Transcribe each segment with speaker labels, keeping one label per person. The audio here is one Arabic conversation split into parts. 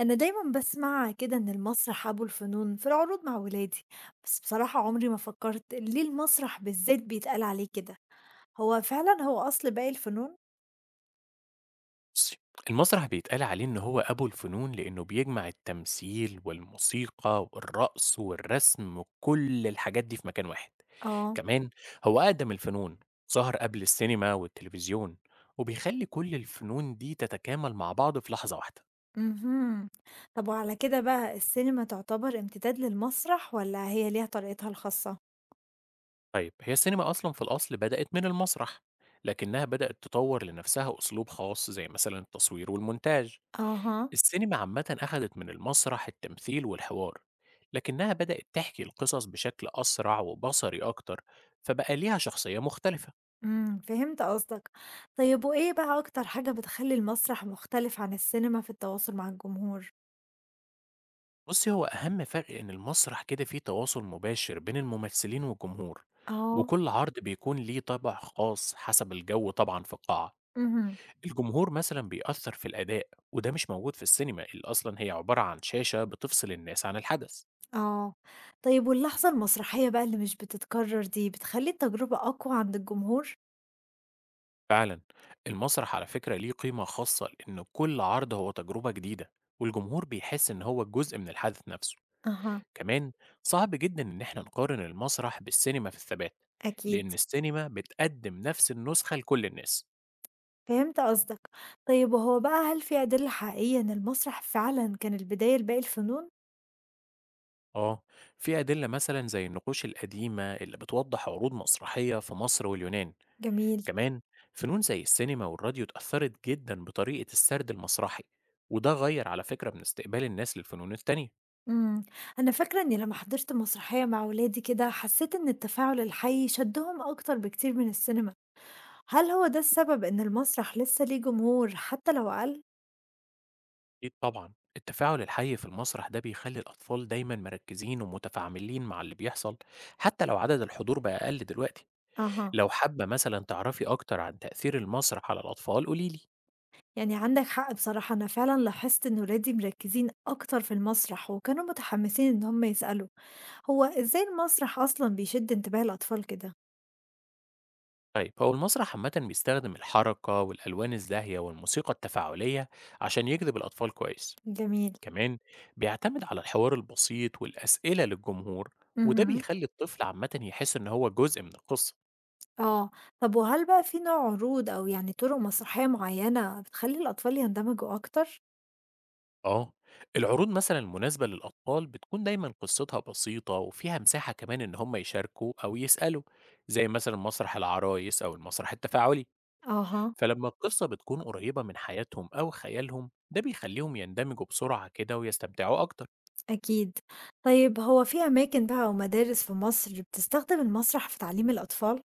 Speaker 1: أنا دايمًا باسمع كده إن المسرح أبو الفنون في العروض مع ولادي، بس بصراحة عمري ما فكرت ليه المسرح بالذات بيتقال عليه كده، هو فعلًا أصل باقي الفنون؟
Speaker 2: بُصّي، المسرح بيتقال عليه إن هو أبو الفنون لإنه بيجمع التمثيل والموسيقى والرقص والرسم وكل الحاجات دي في مكان واحد.
Speaker 1: آه.
Speaker 2: كمان هو أقدم الفنون، ظهر قبل السينما والتلفزيون، وبيخلّي كل الفنون دي تتكامل مع بعض في لحظة واحدة.
Speaker 1: اهم. طب وعلى كده بقى السينما تعتبر امتداد للمسرح والّا هي ليها طريقتها الخاصة؟
Speaker 2: طيب هي السينما أصلًا في الأصل بدأت من المسرح، لكنها بدأت تطوّر لنفسها أسلوب خاص زي مثلًا التصوير والمونتاج.
Speaker 1: أها.
Speaker 2: السينما عامة أخدت من المسرح التمثيل والحوار، لكنها بدأت تحكي القصص بشكل أسرع وبصري أكتر، فبقى ليها شخصية مختلفة.
Speaker 1: إمم، فهمت قصدك. طيب وإيه بقى أكتر حاجة بتخلّي المسرح مختلف عن السينما في التواصل مع الجمهور؟
Speaker 2: بصي هو أهم فرق إن المسرح كده فيه تواصل مباشر بين الممثلين والجمهور،
Speaker 1: آه.
Speaker 2: وكل عرض بيكون ليه طابع خاص حسب الجو طبعا في القاعة.
Speaker 1: اهم.
Speaker 2: الجمهور مثلا بيأثر في الأداء، وده مش موجود في السينما اللي أصلا هي عبارة عن شاشة بتفصل الناس عن الحدث.
Speaker 1: آه. طيب واللحظة المسرحية بقى اللي مش بتتكرر دي، بتخلّي التجربة أقوى عند الجمهور؟
Speaker 2: فعلا المسرح على فكرة ليه قيمة خاصة لأن كل عرض هو تجربة جديدة، والجمهور بيحس إن هو جزء من الحدث نفسه.
Speaker 1: أها.
Speaker 2: كمان صعب جدا إن احنا نقارن المسرح بالسينما في الثبات،
Speaker 1: أكيد.
Speaker 2: لأن السينما بتقدم نفس النسخة لكل الناس.
Speaker 1: فهمت قصدك. طيب وهو بقى هل في أدلة حقيقية إن المسرح فعلًا كان البداية لباقي الفنون؟
Speaker 2: آه، في أدلة مثلا زي النقوش القديمة اللي بتوضح عروض مسرحية في مصر واليونان.
Speaker 1: جميل.
Speaker 2: كمان فنون زي السينما والراديو اتأثرت جدا بطريقة السرد المسرحي، وده غير على فكرة من استقبال الناس للفنون التانية.
Speaker 1: إمم. أنا فاكرة إني لمّا حضرت مسرحية مع ولادي كده، حسيت إن التفاعل الحي شدّهم أكتر بكتير من السينما. هل هو ده السبب إن المسرح لسه ليه جمهور حتى لو أقل؟
Speaker 2: أكيد طبعا التفاعل الحي في المسرح ده بيخلي الأطفال دايما مركزين ومتفاعلين مع اللي بيحصل، حتى لو عدد الحضور بقى أقل دلوقتي.
Speaker 1: أها.
Speaker 2: لو حابة مثلا تعرفي أكتر عن تأثير المسرح على الأطفال قوليلي.
Speaker 1: يعني عندك حق، بصراحة أنا فعلا لاحظت إن ولادي مركزين أكتر في المسرح وكانوا متحمسين إن هم يسألوا. هو إزاي المسرح أصلا بيشد انتباه الأطفال كده؟
Speaker 2: طيب هو المسرح عامة بيستخدم الحركة والألوان الزاهية والموسيقى التفاعلية عشان يجذب الأطفال كويس.
Speaker 1: جميل.
Speaker 2: كمان بيعتمد على الحوار البسيط والأسئلة للجمهور، وده
Speaker 1: مهم.
Speaker 2: بيخلي الطفل عامة يحس إن هو جزء من القصة.
Speaker 1: آه. طب وهل بقى في نوع عروض أو يعني طرق مسرحية معينة بتخلي الأطفال يندمجوا أكتر؟
Speaker 2: آه، العروض مثلًا المناسبة للأطفال بتكون دايمًا قصتها بسيطة وفيها مساحة كمان إن هم يشاركوا أو يسألوا، زي مثلًا مسرح العرايس أو المسرح التفاعلي،
Speaker 1: أها.
Speaker 2: فلما القصة بتكون قريبة من حياتهم أو خيالهم ده بيخليهم يندمجوا بسرعة كده ويستمتعوا أكتر.
Speaker 1: أكيد. طيب هو في أماكن بقى أو مدارس في مصر بتستخدم المسرح في تعليم الأطفال؟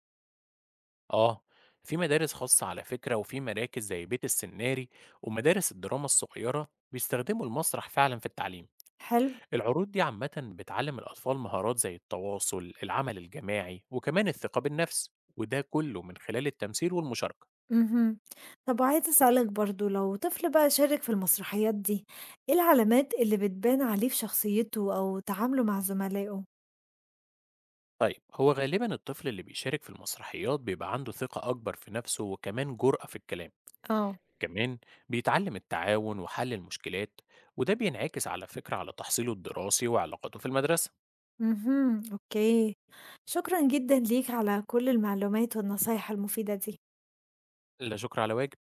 Speaker 2: آه، في مدارس خاصة على فكرة وفي مراكز زي بيت السناري ومدارس الدراما الصغيرة بيستخدموا المسرح فعلًا في التعليم.
Speaker 1: حلو.
Speaker 2: العروض دي عامة بتعلم الأطفال مهارات زي التواصل، العمل الجماعي، وكمان الثقة بالنفس، وده كله من خلال التمثيل والمشاركة.
Speaker 1: اهم. طب وعايزة أسألك برضه لو طفل بقى شارك في المسرحيات دي، إيه العلامات اللي بتبان عليه في شخصيته أو تعامله مع زملائه؟
Speaker 2: طيب هو غالبا الطفل اللي بيشارك في المسرحيات بيبقى عنده ثقة أكبر في نفسه وكمان جرأة في الكلام،
Speaker 1: اه.
Speaker 2: كمان بيتعلم التعاون وحل المشكلات، وده بينعكس على فكرة على تحصيله الدراسي وعلاقاته في المدرسة.
Speaker 1: اهم، أوكي. شكرًا جدًا ليك على كل المعلومات والنصايح المفيدة دي.
Speaker 2: لا شكر على واجب.